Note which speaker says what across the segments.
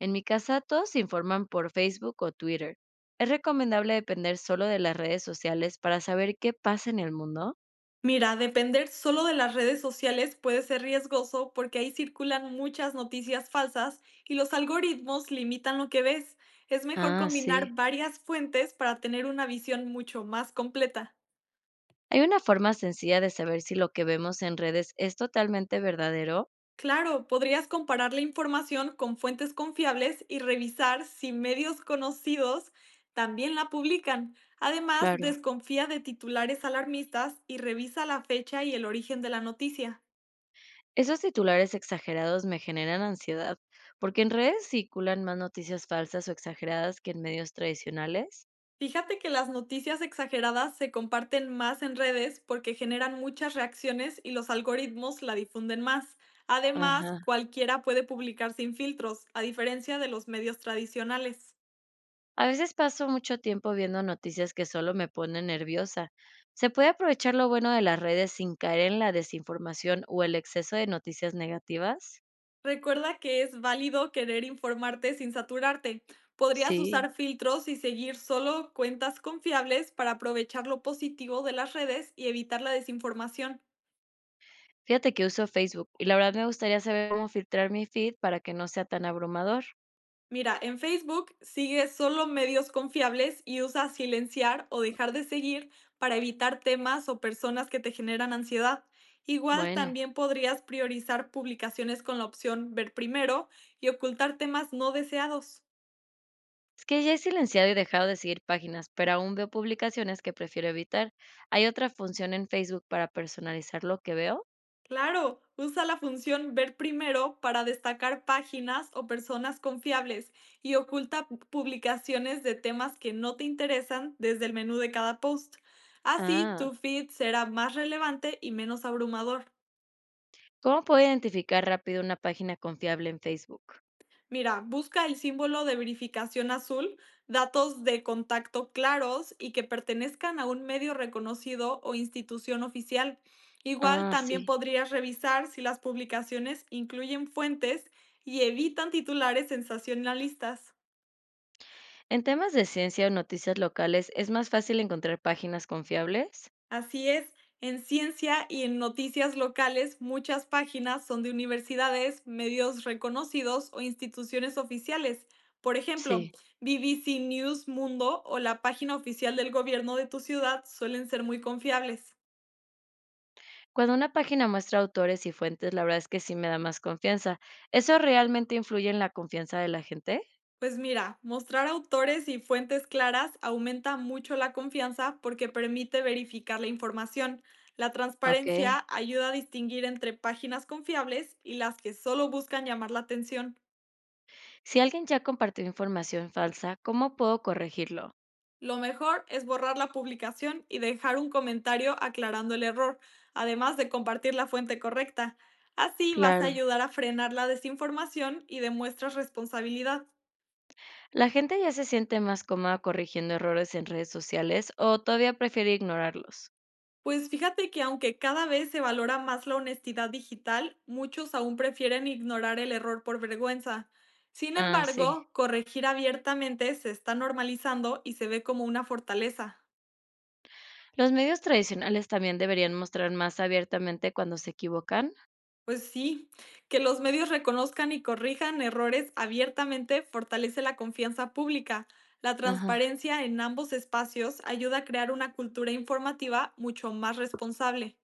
Speaker 1: En mi casa todos se informan por Facebook o Twitter. ¿Es recomendable depender solo de las redes sociales para saber qué pasa en el mundo?
Speaker 2: Mira, depender solo de las redes sociales puede ser riesgoso porque ahí circulan muchas noticias falsas y los algoritmos limitan lo que ves. Es mejor
Speaker 1: Ah,
Speaker 2: combinar
Speaker 1: sí.
Speaker 2: varias fuentes para tener una visión mucho más completa.
Speaker 1: ¿Hay una forma sencilla de saber si lo que vemos en redes es totalmente verdadero?
Speaker 2: Claro, podrías comparar la información con fuentes confiables y revisar si medios conocidos también la publican. Además,
Speaker 1: Claro.
Speaker 2: desconfía de titulares alarmistas y revisa la fecha y el origen de la noticia.
Speaker 1: Esos titulares exagerados me generan ansiedad, porque en redes circulan más noticias falsas o exageradas que en medios tradicionales.
Speaker 2: Fíjate que las noticias exageradas se comparten más en redes porque generan muchas reacciones y los algoritmos la difunden más. Además,
Speaker 1: Ajá.
Speaker 2: cualquiera puede publicar sin filtros, a diferencia de los medios tradicionales.
Speaker 1: A veces paso mucho tiempo viendo noticias que solo me ponen nerviosa. ¿Se puede aprovechar lo bueno de las redes sin caer en la desinformación o el exceso de noticias negativas?
Speaker 2: Recuerda que es válido querer informarte sin saturarte. Podrías
Speaker 1: Sí.
Speaker 2: usar filtros y seguir solo cuentas confiables para aprovechar lo positivo de las redes y evitar la desinformación.
Speaker 1: Fíjate que uso Facebook y la verdad me gustaría saber cómo filtrar mi feed para que no sea tan abrumador.
Speaker 2: Mira, en Facebook sigue solo medios confiables y usa silenciar o dejar de seguir para evitar temas o personas que te generan ansiedad. Igual
Speaker 1: Bueno,
Speaker 2: también podrías priorizar publicaciones con la opción ver primero y ocultar temas no deseados.
Speaker 1: es que ya he silenciado y dejado de seguir páginas, pero aún veo publicaciones que prefiero evitar. ¿Hay otra función en Facebook para personalizar lo que veo?
Speaker 2: Claro, usa la función ver primero para destacar páginas o personas confiables y oculta publicaciones de temas que no te interesan desde el menú de cada post. Así,
Speaker 1: Ah,
Speaker 2: tu feed será más relevante y menos abrumador.
Speaker 1: ¿cómo puedo identificar rápido una página confiable en Facebook?
Speaker 2: Mira, busca el símbolo de verificación azul, datos de contacto claros y que pertenezcan a un medio reconocido o institución oficial. Igual
Speaker 1: Ah,
Speaker 2: también
Speaker 1: sí.
Speaker 2: podrías revisar si las publicaciones incluyen fuentes y evitan titulares sensacionalistas.
Speaker 1: En temas de ciencia o noticias locales, ¿es más fácil encontrar páginas confiables?
Speaker 2: Así es, en ciencia y en noticias locales muchas páginas son de universidades, medios reconocidos o instituciones oficiales. Por ejemplo,
Speaker 1: Sí.
Speaker 2: BBC News Mundo o la página oficial del gobierno de tu ciudad suelen ser muy confiables.
Speaker 1: Cuando una página muestra autores y fuentes, la verdad es que sí me da más confianza. ¿Eso realmente influye en la confianza de la gente?
Speaker 2: Pues mira, mostrar autores y fuentes claras aumenta mucho la confianza porque permite verificar la información. La
Speaker 1: Ok.
Speaker 2: transparencia ayuda a distinguir entre páginas confiables y las que solo buscan llamar la atención.
Speaker 1: Si alguien ya compartió información falsa, ¿cómo puedo corregirlo?
Speaker 2: Lo mejor es borrar la publicación y dejar un comentario aclarando el error, además de compartir la fuente correcta. Así vas a
Speaker 1: Claro.
Speaker 2: ayudar a frenar la desinformación y demuestras responsabilidad.
Speaker 1: ¿La gente ya se siente más cómoda corrigiendo errores en redes sociales o todavía prefiere ignorarlos?
Speaker 2: Pues fíjate que aunque cada vez se valora más la honestidad digital, muchos aún prefieren ignorar el error por vergüenza. Sin
Speaker 1: Ah, sí.
Speaker 2: embargo, corregir abiertamente se está normalizando y se ve como una fortaleza.
Speaker 1: ¿Los medios tradicionales también deberían mostrar más abiertamente cuando se equivocan?
Speaker 2: Pues sí, que los medios reconozcan y corrijan errores abiertamente fortalece la confianza pública. La
Speaker 1: Ajá.
Speaker 2: transparencia en ambos espacios ayuda a crear una cultura informativa mucho más responsable.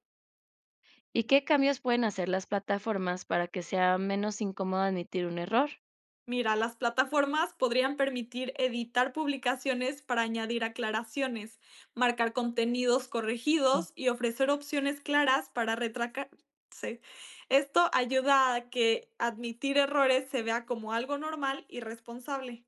Speaker 1: ¿Y qué cambios pueden hacer las plataformas para que sea menos incómodo admitir un error?
Speaker 2: Mira, las plataformas podrían permitir editar publicaciones para añadir aclaraciones, marcar contenidos
Speaker 1: Mm.
Speaker 2: corregidos y ofrecer opciones claras para retractarse. Esto ayuda a que admitir errores se vea como algo normal y responsable.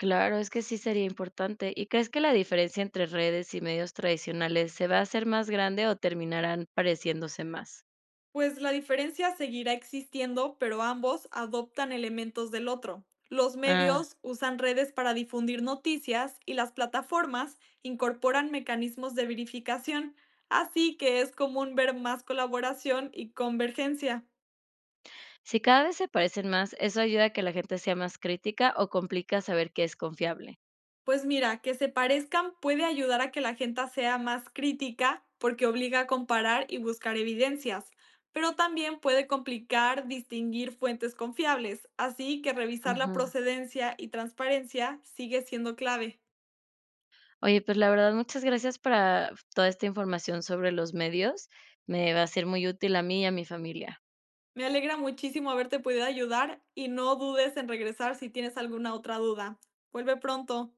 Speaker 1: Claro, es que sí sería importante. ¿Y crees que la diferencia entre redes y medios tradicionales se va a hacer más grande o terminarán pareciéndose más?
Speaker 2: Pues la diferencia seguirá existiendo, pero ambos adoptan elementos del otro. Los
Speaker 1: Ah,
Speaker 2: medios usan redes para difundir noticias y las plataformas incorporan mecanismos de verificación, así que es común ver más colaboración y convergencia.
Speaker 1: si cada vez se parecen más, ¿eso ayuda a que la gente sea más crítica o complica saber qué es confiable?
Speaker 2: Pues mira, que se parezcan puede ayudar a que la gente sea más crítica porque obliga a comparar y buscar evidencias, pero también puede complicar distinguir fuentes confiables, así que revisar la
Speaker 1: Ujú.
Speaker 2: procedencia y transparencia sigue siendo clave.
Speaker 1: Oye, pues la verdad, muchas gracias para toda esta información sobre los medios. Me va a ser muy útil a mí y a mi familia.
Speaker 2: Me alegra muchísimo haberte podido ayudar y no dudes en regresar si tienes alguna otra duda. Vuelve pronto.